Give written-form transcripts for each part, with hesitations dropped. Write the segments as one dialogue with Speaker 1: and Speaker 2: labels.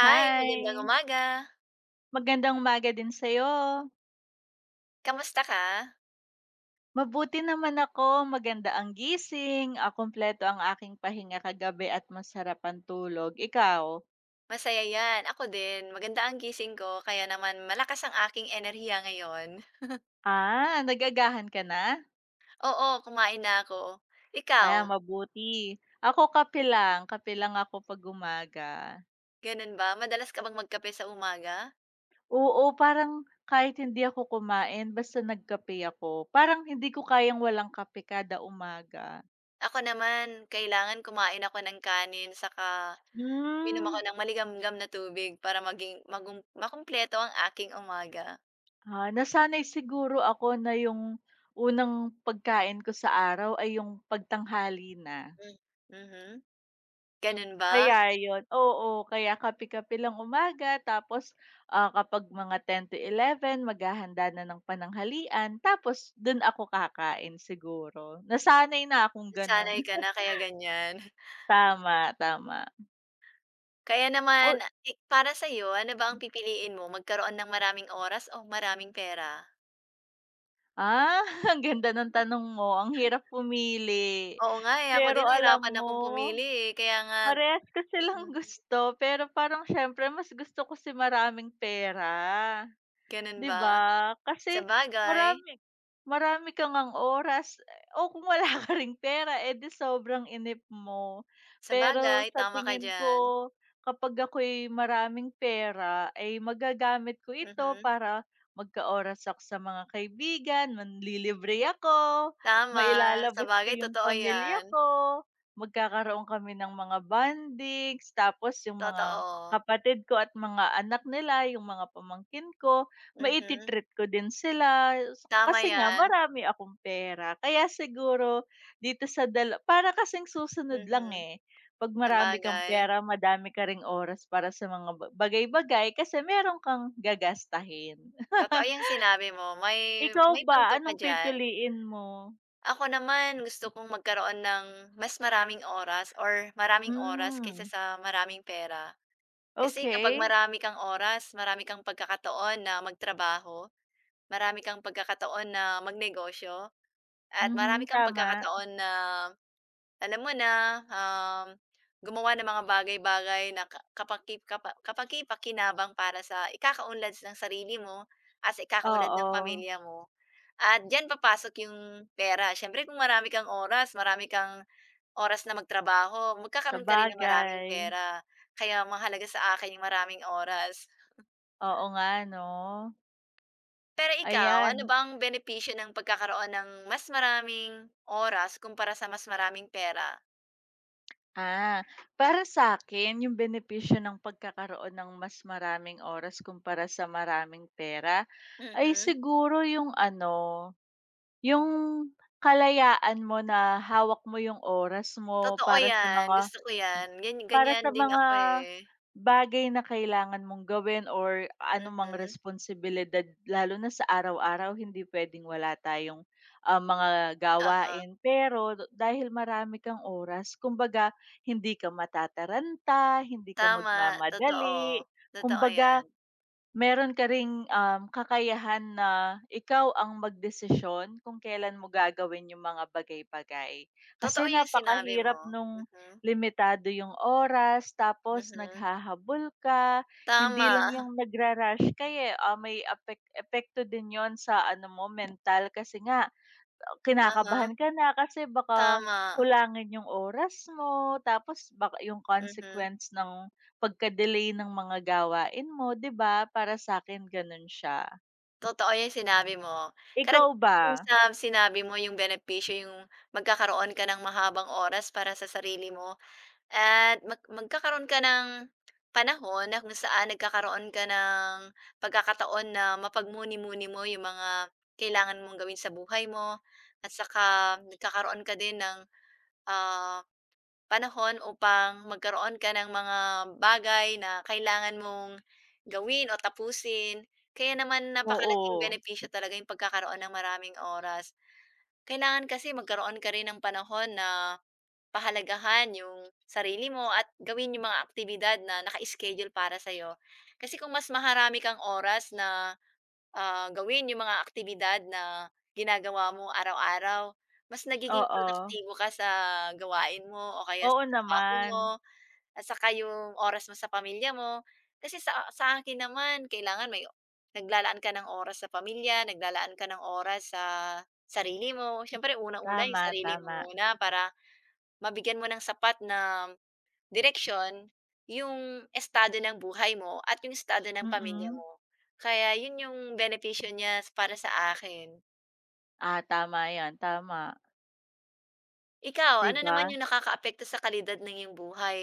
Speaker 1: Hi, magandang umaga.
Speaker 2: magandang umaga din sa'yo.
Speaker 1: Kamusta ka?
Speaker 2: Mabuti naman ako, maganda ang gising, kumpleto ang aking pahinga kagabi at masarap ang tulog. Ikaw?
Speaker 1: Masaya 'yan, ako din. Maganda ang gising ko kaya naman malakas ang aking enerhiya ngayon.
Speaker 2: Ah, nagagahan ka na?
Speaker 1: Oo, kumain na ako. Ikaw,
Speaker 2: Ah, mabuti. Ako kape lang ako 'pag umaga.
Speaker 1: gano'n ba? Madalas ka bang magkape sa umaga?
Speaker 2: Oo, parang kahit hindi ako kumain basta nagkape ako. Parang hindi ko kayang walang kape kada umaga.
Speaker 1: Ako naman, kailangan kumain ako ng kanin saka uminom ako
Speaker 2: Hmm.
Speaker 1: ng maligamgam na tubig para maging magum makumpleto ang aking umaga.
Speaker 2: Ah, nasanay siguro ako na yung unang pagkain ko sa araw ay yung pagtanghali na.
Speaker 1: Hmm, mhm. Gano'n ba?
Speaker 2: Kaya yun, oo, kaya kape-kape lang umaga tapos, kapag mga 10 to 11 maghahanda na ng pananghalian tapos dun ako kakain siguro. Nasanay na akong ganun.
Speaker 1: Nasanay ka na kaya ganyan.
Speaker 2: Tama, tama.
Speaker 1: Kaya naman, i para sa'yo ano ba ang pipiliin mo, magkaroon ng maraming oras o maraming pera?
Speaker 2: Ah, ang ganda ng tanong mo. Ang hirap pumili.
Speaker 1: Oo nga, eh, ako din
Speaker 2: Pero alam
Speaker 1: nahirapan
Speaker 2: mo,
Speaker 1: akong pumili, eh, kaya nga
Speaker 2: parehas kasi lang
Speaker 1: mhm,
Speaker 2: gusto, pero parang siyempre mas gusto ko si maraming pera.
Speaker 1: gano'n
Speaker 2: 'Di
Speaker 1: ba?
Speaker 2: ba? Kasi
Speaker 1: Sabagay,
Speaker 2: marami marami ka ngang oras o kung wala ka ring pera, eh, di sobrang inip mo. Pero
Speaker 1: sabagay
Speaker 2: sa
Speaker 1: tama ka
Speaker 2: tingin ko
Speaker 1: diyan,
Speaker 2: kapag ako'y maraming pera ay magagamit ko ito
Speaker 1: mhm,
Speaker 2: para magka-oras ako sa mga kaibigan, manlilibre ako,
Speaker 1: tama,
Speaker 2: mailalabas ko
Speaker 1: sabagay
Speaker 2: yung
Speaker 1: totoo
Speaker 2: pamilya
Speaker 1: 'yan,
Speaker 2: ko, magkakaroon kami ng mga bondings, tapos yung mga
Speaker 1: totoo,
Speaker 2: kapatid ko at mga anak nila, yung mga pamangkin ko mai
Speaker 1: mhm,
Speaker 2: treat ko din sila
Speaker 1: tama
Speaker 2: kasi nga
Speaker 1: 'yan,
Speaker 2: marami akong pera kaya siguro dito sa dala para kasing susunod lang,
Speaker 1: mhm,
Speaker 2: eh. 'Pag marami kang
Speaker 1: sabagay.
Speaker 2: pera madami ka ring oras para sa mga bagay-bagay kasi meron kang gagastahin.
Speaker 1: Totoo 'yang sinabi mo, may
Speaker 2: Ikaw
Speaker 1: may
Speaker 2: ba,
Speaker 1: punto ka
Speaker 2: anong
Speaker 1: diyan.
Speaker 2: pipiliin mo?
Speaker 1: Ako naman gusto kong magkaroon ng mas maraming oras or maraming oras kaysa
Speaker 2: Hmm,
Speaker 1: sa maraming pera. Kasi kapag
Speaker 2: okey.
Speaker 1: marami kang oras, marami kang pagkakataon na magtrabaho, marami kang pagkakataon na magnegosyo, at marami
Speaker 2: Mhm,
Speaker 1: kang
Speaker 2: tama.
Speaker 1: pagkakataon na alam mo na, gumawa ng mga bagay-bagay na kapaki, kapaki-pakinabang para sa ikakaunlad ng sarili mo at sa ikakaunlad ng
Speaker 2: Oo,
Speaker 1: pamilya mo. At diyan papasok yung pera. Siyempre kung marami kang oras na magtrabaho, magkakaroon ka rin ng maraming
Speaker 2: sabagay.
Speaker 1: pera. Kaya mahalaga sa akin yung maraming oras.
Speaker 2: Oo nga 'no,
Speaker 1: Pero ikaw, ano
Speaker 2: ayan.
Speaker 1: ba ang benepisyo ng pagkakaroon ng mas maraming oras kumpara sa mas maraming pera?
Speaker 2: Ah, para sa akin yung benepisyo ng pagkakaroon ng mas maraming oras kumpara sa maraming pera ay
Speaker 1: Mhm.
Speaker 2: siguro yung ano, yung kalayaan mo na hawak mo yung oras mo
Speaker 1: Totoo
Speaker 2: para sa
Speaker 1: 'yan,
Speaker 2: mga
Speaker 1: gusto ko 'yan. Gan
Speaker 2: para
Speaker 1: ganyan
Speaker 2: sa
Speaker 1: din
Speaker 2: mga
Speaker 1: ako, eh.
Speaker 2: Bagay na kailangan mong gawin or anumang
Speaker 1: Mhm,
Speaker 2: responsibilidad lalo na sa araw-araw hindi puwedeng wala tayong, mga
Speaker 1: aha.
Speaker 2: gawain. Pero dahil marami kang oras kumbaga hindi ka matataranta, hindi ka
Speaker 1: Tama, totoo.
Speaker 2: magmamadali,
Speaker 1: Totoo
Speaker 2: kumbaga
Speaker 1: 'yan.
Speaker 2: meron ka ring, kakayahan na ikaw ang magdesisyon kung kailan mo gagawin yung mga bagay-bagay. Kasi
Speaker 1: Totoo yung sinabi
Speaker 2: napakahirap
Speaker 1: mo.
Speaker 2: nung
Speaker 1: Mhm,
Speaker 2: limitado yung oras tapos
Speaker 1: mhm.
Speaker 2: naghahabol ka, hindi
Speaker 1: Tama.
Speaker 2: lang yung nagra-rush ka, eh, may epekto din yon sa ano mo mental kasi nga
Speaker 1: Uh-huh,
Speaker 2: kinakabahan ka na kasi baka
Speaker 1: tama,
Speaker 2: kulangin yung oras mo, tapos baka yung
Speaker 1: mhm.
Speaker 2: consequence ng pagka-delay ng mga gawain mo, 'di ba? Para sa akin gano'n siya.
Speaker 1: Totoo yung sinabi mo.
Speaker 2: Ikaw ba?
Speaker 1: Karagdagan din sa sinabi mo yung benepisyo yung magkakaroon ka ng mahabang oras para sa sarili mo at magkakaroon ka ng panahon na kung saan nagkakaroon ka ng pagkakataon na mapagmuni-muni mo yung mga kailangan mong gawin sa buhay mo at saka nagkakaroon ka din ng, ah panahon upang magkaroon ka ng mga bagay na kailangan mong gawin o tapusin. Kaya naman napakalaking
Speaker 2: Oo,
Speaker 1: benepisyo talaga yung pagkakaroon ng maraming oras. Kailangan kasi magkaroon ka rin ng panahon na pahalagahan yung sarili mo at gawin yung mga aktibidad na naka-schedule para sa'yo. Kasi kung mas maharami kang oras na ah, gawin yung mga aktibidad na ginagawa mo araw-araw, mas nagiging
Speaker 2: oo.
Speaker 1: produktibo ka sa gawain mo o kaya
Speaker 2: Oo
Speaker 1: sa trabaho
Speaker 2: naman.
Speaker 1: mo at saka yung oras mo sa pamilya mo. Kasi sa akin naman kailangan may naglalaan ka ng oras sa pamilya, naglalaan ka ng oras sa sarili mo. Siyempre unang-una yung
Speaker 2: Tama,
Speaker 1: sarili mo
Speaker 2: tama.
Speaker 1: muna para mabigyan mo ng sapat na direksyon, yung estado ng buhay mo at yung estado ng pamilya
Speaker 2: Mm.
Speaker 1: mo. Kaya yun yung benepisyo niya para sa akin.
Speaker 2: Ah, tama 'yan, tama,
Speaker 1: Ikaw,
Speaker 2: 'di
Speaker 1: ano
Speaker 2: ba?
Speaker 1: naman yung nakakaapekto sa kalidad ng iyong buhay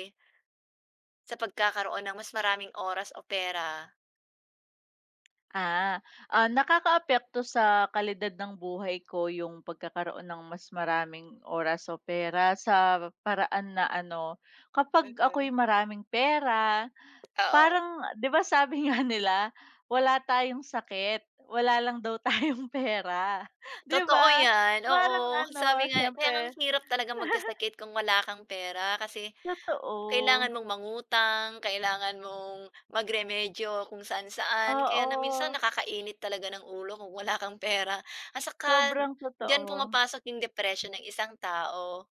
Speaker 1: sa pagkakaroon ng mas maraming oras o pera?
Speaker 2: Ah, Nakakaapekto sa kalidad ng buhay ko yung pagkakaroon ng mas maraming oras o pera sa paraan na ano, kapag
Speaker 1: Mhm,
Speaker 2: ako'y maraming pera,
Speaker 1: oo.
Speaker 2: parang 'di ba sabi nga nila, wala tayong sakit, wala lang daw tayong pera, 'di
Speaker 1: Totoo
Speaker 2: ba?
Speaker 1: yan, oo.
Speaker 2: Parang
Speaker 1: Sabi
Speaker 2: ano,
Speaker 1: nga kaya nga ang
Speaker 2: siyempre
Speaker 1: hirap talaga magkasakit kung wala kang pera kasi
Speaker 2: totoo.
Speaker 1: kailangan mong mangutang, kailangan mong magremedyo kung saan-saan. Kaya na minsan
Speaker 2: Oo,
Speaker 1: nakakainit talaga ng ulo kung wala kang pera at saka
Speaker 2: sobrang
Speaker 1: diyan
Speaker 2: totoo.
Speaker 1: pumapasok yung depression ng isang tao.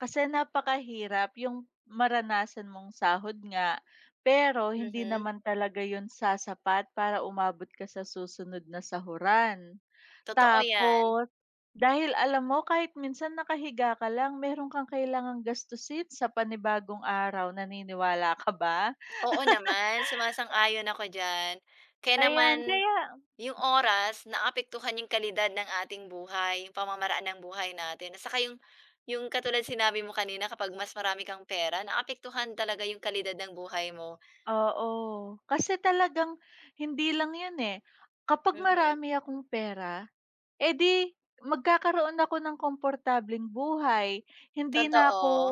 Speaker 2: Kasi napakahirap yung maranasan mong sahod nga, pero hindi
Speaker 1: Mhm,
Speaker 2: naman talaga yun sasapat para umabot ka sa susunod na sahuran.
Speaker 1: totoo 'yan.
Speaker 2: Tapos, dahil alam mo kahit minsan nakahiga ka lang meron kang kailangang gastusin sa panibagong araw, naniniwala ka ba?
Speaker 1: Oo naman, sumasang-ayon ako diyan. Kaya naman
Speaker 2: Ayan, kaya
Speaker 1: yung oras naapektuhan yung kalidad ng ating buhay, yung pamamaraan ng buhay natin at saka yung katulad sinabi mo kanina kapag mas marami kang pera naapektuhan talaga yung kalidad ng buhay mo.
Speaker 2: oo, kasi talagang hindi lang yun, eh. Kapag
Speaker 1: Mhm.
Speaker 2: marami akong pera eh, di magkakaroon ako ng komportableng buhay. Hindi na ako
Speaker 1: Totoo,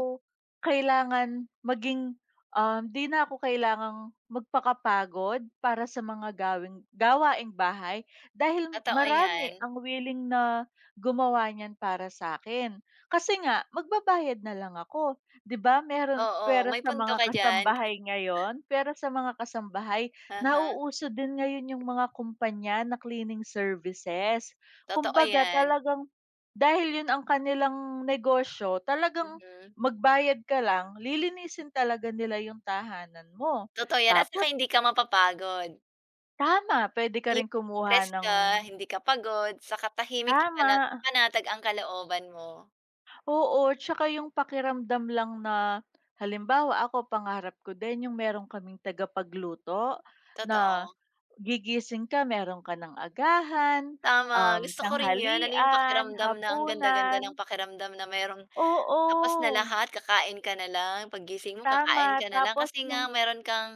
Speaker 2: kailangan maging, di na ako kailangang magpakapagod para sa mga gawaing bahay dahil
Speaker 1: totoo
Speaker 2: marami
Speaker 1: 'yan.
Speaker 2: ang willing na gumawa niyan para sa akin. Kasi nga magbabayad na lang ako, 'di ba? Meron
Speaker 1: Oo,
Speaker 2: pera
Speaker 1: may
Speaker 2: sa
Speaker 1: punto
Speaker 2: mga
Speaker 1: ka diyan.
Speaker 2: kasambahay ngayon, pera sa mga kasambahay.
Speaker 1: uh
Speaker 2: Nauuso din ngayon yung mga kumpanya na cleaning services.
Speaker 1: Totoo
Speaker 2: Kumbaga
Speaker 1: 'yan,
Speaker 2: talagang dahil 'yun ang kanilang negosyo, talagang
Speaker 1: mhm.
Speaker 2: magbayad ka lang, lilinisin talaga nila yung tahanan mo.
Speaker 1: Totoo 'yan at
Speaker 2: Tapos
Speaker 1: saka hindi ka mapapagod.
Speaker 2: tama, pwede ka rin
Speaker 1: Yung
Speaker 2: kumuha
Speaker 1: stress
Speaker 2: ng
Speaker 1: ka, hindi ka pagod, saka tahimik
Speaker 2: tama,
Speaker 1: panatag ang kalooban mo.
Speaker 2: oo, tsaka yung pakiramdam lang na halimbawa ako pangarap ko din yung meron kaming tagapagluto na
Speaker 1: Totoo,
Speaker 2: gigising ka meron ka ng agahan,
Speaker 1: tama,
Speaker 2: um,
Speaker 1: gusto ko rin 'yan. Ano yung
Speaker 2: tanghalian,
Speaker 1: pakiramdam na ang ganda-ganda ng
Speaker 2: hapunan,
Speaker 1: pakiramdam na merong tapos na
Speaker 2: oo.
Speaker 1: lahat, kakain ka na lang, paggising mo
Speaker 2: Tama,
Speaker 1: kakain ka na lang
Speaker 2: tapos
Speaker 1: kasi nga
Speaker 2: yung
Speaker 1: meron kang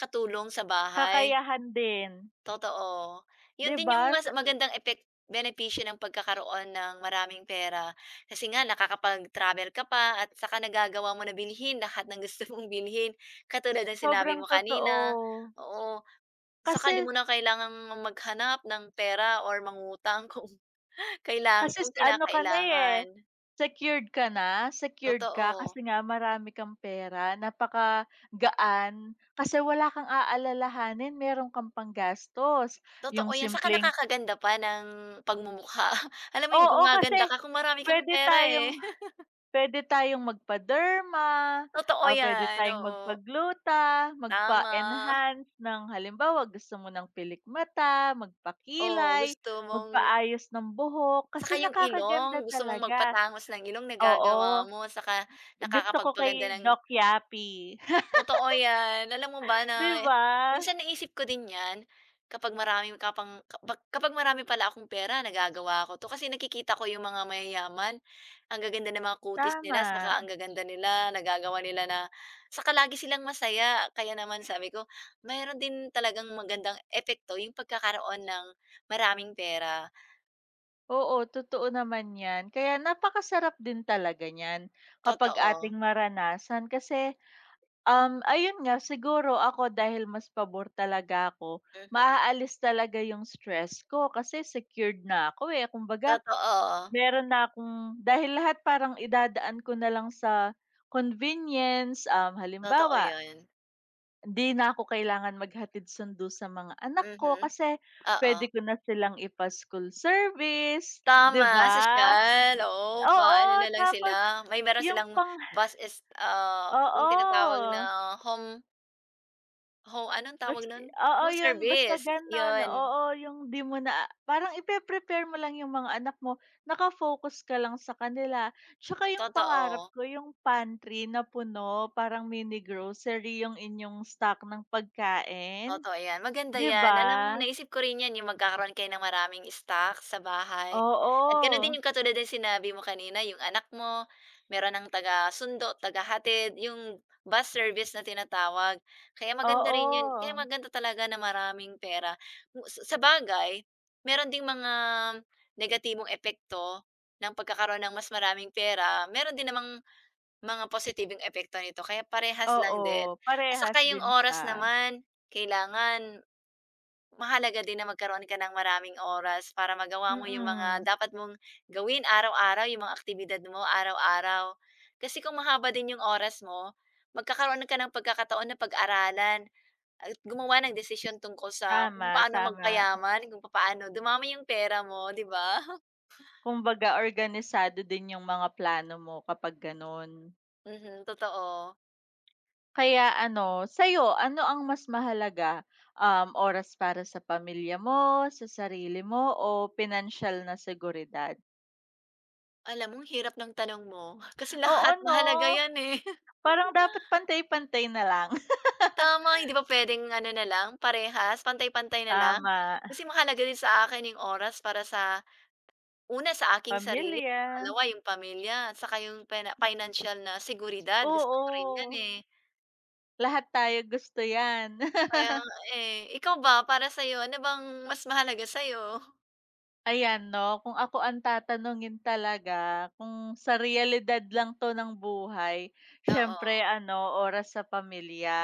Speaker 1: katulong sa bahay.
Speaker 2: kakayahan din,
Speaker 1: Totoo.
Speaker 2: 'di
Speaker 1: Yun din yung
Speaker 2: ba?
Speaker 1: mas
Speaker 2: So
Speaker 1: magandang benepisyo ng pagkakaroon ng maraming pera. Kasi nga nakakapag-travel ka pa at saka nagagawa mo na bilhin lahat ng gusto mong bilhin, katulad ng sinabi
Speaker 2: sobrang
Speaker 1: mo
Speaker 2: totoo.
Speaker 1: kanina, oo. Saka di
Speaker 2: Kasi
Speaker 1: mo na kailangang maghanap ng pera or mangutang kung
Speaker 2: kasi s
Speaker 1: kung
Speaker 2: ano ka na, eh,
Speaker 1: kinakailangan.
Speaker 2: secured ka na, secured ka
Speaker 1: Totoo,
Speaker 2: kasi nga marami kang pera, napakagaan, kasi wala kang aalalahanin, meron kang panggastos. Yung
Speaker 1: totoo yan. Saka
Speaker 2: simpleng
Speaker 1: nakakaganda pa ng pagmumukha. Alam mo yung
Speaker 2: oo, kasi
Speaker 1: gumaganda ka kung marami kang
Speaker 2: puwede
Speaker 1: pera, eh.
Speaker 2: tayong puwede tayong magpa-derma,
Speaker 1: Totoo
Speaker 2: puwede
Speaker 1: yan,
Speaker 2: tayong
Speaker 1: oo,
Speaker 2: magpagluta,
Speaker 1: tama.
Speaker 2: magpa-enhance ng halimbawa gusto mo ng pilik mata,
Speaker 1: Oo,
Speaker 2: magpakilay,
Speaker 1: gusto mong
Speaker 2: magpaayos ng buhok
Speaker 1: saka
Speaker 2: kasi
Speaker 1: yung
Speaker 2: nakakaganda
Speaker 1: ilong, gusto mong
Speaker 2: talaga.
Speaker 1: magpatangos ng ilong nagagawa
Speaker 2: Oo,
Speaker 1: mo, saka
Speaker 2: gusto ko
Speaker 1: nakakapagpaganda
Speaker 2: kay
Speaker 1: ng
Speaker 2: Doc Yapi,
Speaker 1: totoo yan. Alam mo ba
Speaker 2: 'di
Speaker 1: na
Speaker 2: ba?
Speaker 1: minsan naisip ko din yan kapag marami ka kapag kapag marami pala akong pera nagagawa ko 'to kasi nakikita ko yung mga mayayaman, ang gaganda ng mga kutis nila,
Speaker 2: Tama.
Speaker 1: saka ang gaganda nila, nagagawa nila na saka lagi silang masaya. Kaya naman sabi ko, mayroon din talagang magandang epekto yung pagkakaroon ng maraming pera,
Speaker 2: Oo, totoo naman 'yan. Kaya napakasarap din talaga niyan kapag
Speaker 1: totoo.
Speaker 2: ating maranasan kasi ayun nga siguro ako dahil mas pabor talaga ako,
Speaker 1: Mhm,
Speaker 2: maaalis talaga yung stress ko kasi secured na ako, eh. Kumbaga
Speaker 1: totoo.
Speaker 2: meron na akong dahil lahat parang idadaan ko na lang sa convenience,
Speaker 1: Totoo
Speaker 2: halimbawa
Speaker 1: 'yun,
Speaker 2: hindi na ako kailangan maghatid sundo sa mga anak ko
Speaker 1: mhm,
Speaker 2: kasi
Speaker 1: oo.
Speaker 2: puwede ko na silang ipa-school service, 'di
Speaker 1: Tama,
Speaker 2: ba?
Speaker 1: sosyal, oo,
Speaker 2: Oo,
Speaker 1: paano na lang sila
Speaker 2: tapos
Speaker 1: may meron
Speaker 2: yung
Speaker 1: silang
Speaker 2: pang
Speaker 1: bus is ah, 'yung tinatawag
Speaker 2: oo.
Speaker 1: na home home anong
Speaker 2: Bas
Speaker 1: tawag nun?
Speaker 2: oo
Speaker 1: Home
Speaker 2: yun, basta
Speaker 1: service,
Speaker 2: gano'n,
Speaker 1: 'yun,
Speaker 2: oo yung 'di mo na parang ipe-prepare mo lang yung mga anak mo, naka-focus ka lang sa kanila. Tsaka yung pangarap
Speaker 1: totoo.
Speaker 2: ko yung pantry na puno, parang mini grocery yung inyong stock ng pagkain,
Speaker 1: Totoo 'yan, maganda
Speaker 2: 'di
Speaker 1: 'yan. Alam mo
Speaker 2: ba?
Speaker 1: naisip ko rin 'yan, yung magkakaroon kayo ng maraming stock sa bahay at gano'n
Speaker 2: Oo,
Speaker 1: din yung katulad ng sinabi mo kanina, yung anak mo meron ng taga-sundo, hatid yung bus service na tinatawag. Kaya maganda rin 'yun, kaya
Speaker 2: oo,
Speaker 1: maganda talaga na maraming pera. Kung sa bagay meron ding mga negatibong epekto ng pagkakaroon ng mas maraming pera, meron din namang mga positibong epekto nito kaya parehas lang din.
Speaker 2: oo,
Speaker 1: At
Speaker 2: parehas
Speaker 1: saka yung
Speaker 2: din
Speaker 1: oras
Speaker 2: siya.
Speaker 1: naman, kailangan mahalaga din na magkaroon ka ng maraming oras para magawa mo yung mga
Speaker 2: Mm,
Speaker 1: dapat mong gawin araw-araw, yung mga aktibidad mo araw-araw. Kasi kung mahaba din yung oras mo, magkakaroon ka ng pagkakataon na pag-aralan at gumawa ng desisyon tungkol sa kung
Speaker 2: tama,
Speaker 1: papaano
Speaker 2: tama.
Speaker 1: magpayaman, kung paano dumami yung pera mo, 'di ba?
Speaker 2: Kumbaga organisado din yung mga plano mo kapag gano'n.
Speaker 1: Mhm, totoo.
Speaker 2: Kaya ano, sa'yo ano ang mas mahalaga, oras para sa pamilya mo, sa sarili mo o pinansiyal na seguridad?
Speaker 1: Alam mo ang hirap ng tanong mo, kasi
Speaker 2: Oo
Speaker 1: lahat
Speaker 2: 'no,
Speaker 1: mahalaga 'yan, eh.
Speaker 2: parang dapat pantay-pantay na lang.
Speaker 1: Tama, hindi ba puwedeng ano na lang, parehas, pantay-pantay na lang?
Speaker 2: Tama,
Speaker 1: Kasi mahalaga din sa akin yung oras para sa una, sa aking sarili,
Speaker 2: pamilya,
Speaker 1: pangalawa yung pamilya, at saka yung financial na seguridad, gusto ko rin yan,
Speaker 2: oo,
Speaker 1: eh.
Speaker 2: lahat tayo gusto 'yan.
Speaker 1: Kaya eh. Ikaw ba, para sa'yo, ano bang mas mahalaga sa'yo?
Speaker 2: Ayan 'no, kung ako ang tatanungin talaga kung sa realidad lang 'to ng buhay, siyempre
Speaker 1: Oo,
Speaker 2: ano, oras sa pamilya.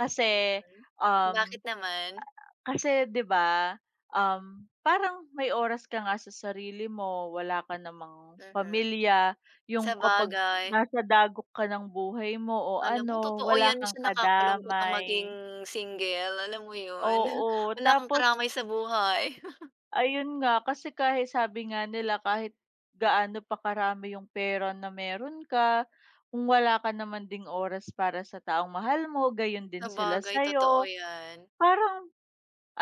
Speaker 2: Kasi,
Speaker 1: mhm.
Speaker 2: um,
Speaker 1: Bakit naman?
Speaker 2: kasi 'di ba, parang may oras ka nga sa sarili mo, wala ka namang
Speaker 1: Mhm,
Speaker 2: pamilya, yung
Speaker 1: sa
Speaker 2: kapag
Speaker 1: bagay,
Speaker 2: nasa dagok ka ng buhay mo o
Speaker 1: alam mo
Speaker 2: ano,
Speaker 1: totoo
Speaker 2: wala
Speaker 1: yan,
Speaker 2: kang
Speaker 1: minsan nakakalungkot ang maging
Speaker 2: kadamay.
Speaker 1: single, alam mo yun?
Speaker 2: Oo,
Speaker 1: Wala kang
Speaker 2: tapos
Speaker 1: karamay sa buhay.
Speaker 2: ayun nga, kasi kahit sabi nga nila kahit gaano pa karami yung pera na meron ka, kung wala ka naman ding oras para sa taong mahal mo, gayon din sila
Speaker 1: Sabagay,
Speaker 2: sa'yo.
Speaker 1: totoo 'yan.
Speaker 2: Parang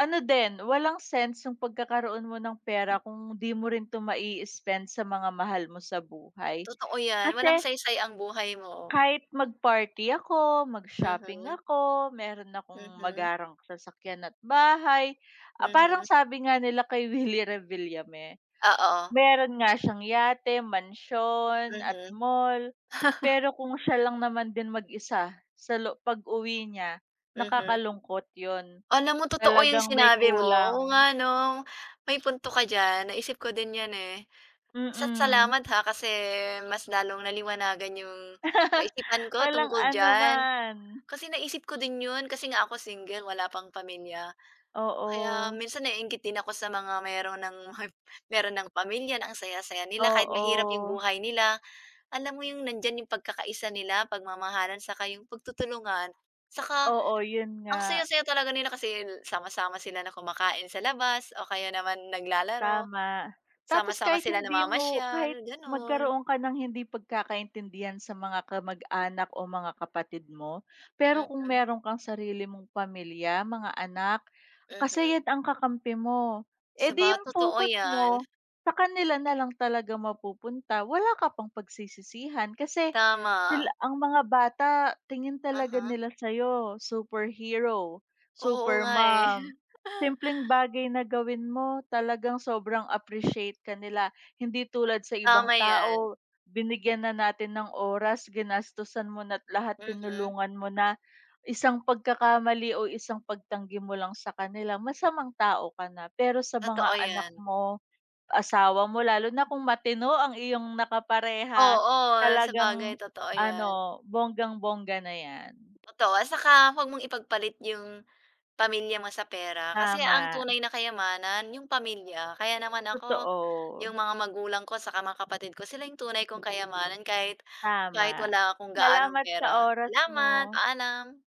Speaker 2: ano din, walang sense yung pagkakaroon mo ng pera kung di mo rin 'to mai-spend sa mga mahal mo sa buhay.
Speaker 1: Totoo 'yan,
Speaker 2: Kasi
Speaker 1: walang saysay ang buhay mo.
Speaker 2: kahit mag-party ako, mag-shopping
Speaker 1: Mhm,
Speaker 2: ako, meron akong
Speaker 1: mhm,
Speaker 2: magarang sasakyan at bahay, parang
Speaker 1: mhm.
Speaker 2: sabi nga nila kay Willie Revillame,
Speaker 1: Oo,
Speaker 2: meron nga siyang yate, mansyon at
Speaker 1: mhm,
Speaker 2: mall. Pero kung siya lang naman din mag-isa sa lo pag-uwi niya,
Speaker 1: mhm.
Speaker 2: nakakalungkot yon.
Speaker 1: Alam mo totoo 'yung
Speaker 2: Talagang may
Speaker 1: sinabi mo,
Speaker 2: kulang,
Speaker 1: oo nga 'no, may punto ka diyan, naisip ko din 'yan, eh. Sa
Speaker 2: mm.
Speaker 1: salamat, ha, kasi mas lalong naliwanagan 'yung kaisipan ko
Speaker 2: Walang
Speaker 1: tungkol diyan.
Speaker 2: anuman,
Speaker 1: Kasi naisip ko din 'yun kasi nga ako single, wala pang pamilya. Kaya
Speaker 2: oo,
Speaker 1: minsan naiinggit din ako sa mga meron ng meron ng pamilya na ang saya-saya nila kahit mahirap yung
Speaker 2: oo,
Speaker 1: buhay nila. Alam mo yung nandiyan yung pagkakaisa nila, pagmamahalan saka yung pagtutulungan. Saka
Speaker 2: oo, yun nga.
Speaker 1: ang saya-saya talaga nila kasi sama-sama sila na kumakain sa labas o kaya naman naglalaro,
Speaker 2: Tama. Tapos
Speaker 1: sama-sama
Speaker 2: kahit
Speaker 1: sila
Speaker 2: hindi mo
Speaker 1: namamasyal,
Speaker 2: kahit
Speaker 1: gano'n.
Speaker 2: magkaroon ka ng hindi pagkakaintindihan sa mga kamag-anak o mga kapatid mo, pero kung
Speaker 1: Mhm,
Speaker 2: meron kang sarili mong pamilya, mga anak, kasi yan
Speaker 1: mhm.
Speaker 2: ang kakampi mo. Eh
Speaker 1: Saba
Speaker 2: di yung
Speaker 1: totoo
Speaker 2: focus
Speaker 1: 'yan,
Speaker 2: mo, sa kanila na lang talaga mapupunta. Wala ka pang pagsisisihan kasi sila
Speaker 1: tama.
Speaker 2: ang mga bata, tingin talaga
Speaker 1: Uh-huh.
Speaker 2: nila sa'yo, superhero,
Speaker 1: Oo nga, eh,
Speaker 2: supermom. Simpleng bagay na gawin mo, talagang sobrang appreciate ka nila. Hindi tulad sa ibang
Speaker 1: tama
Speaker 2: tao,
Speaker 1: 'yan.
Speaker 2: binigyan na natin ng oras, ginastusan mo na lahat,
Speaker 1: Mhm,
Speaker 2: tinulungan mo na. Isang pagkakamali o isang pagtanggi mo lang sa kanila, masamang tao ka na. Pero sa mga
Speaker 1: totoo
Speaker 2: anak
Speaker 1: 'yan.
Speaker 2: mo, asawa mo, lalo na kung matino ang iyong nakapareha,
Speaker 1: Oo,
Speaker 2: talagang
Speaker 1: sabagay totoo
Speaker 2: ano,
Speaker 1: 'yan,
Speaker 2: bonggang-bongga na 'yan.
Speaker 1: totoo at saka huwag mong ipagpalit yung pamilya mo sa pera kasi ang
Speaker 2: Tama,
Speaker 1: tunay na kayamanan yung pamilya. Kaya naman ako,
Speaker 2: totoo.
Speaker 1: yung mga magulang ko saka mga kapatid ko sila yung tunay kong kayamanan kahit kahit
Speaker 2: Tama.
Speaker 1: wala akong gaanong
Speaker 2: Salamat sa
Speaker 1: pera.
Speaker 2: oras
Speaker 1: Salamat,
Speaker 2: mo.
Speaker 1: paalam.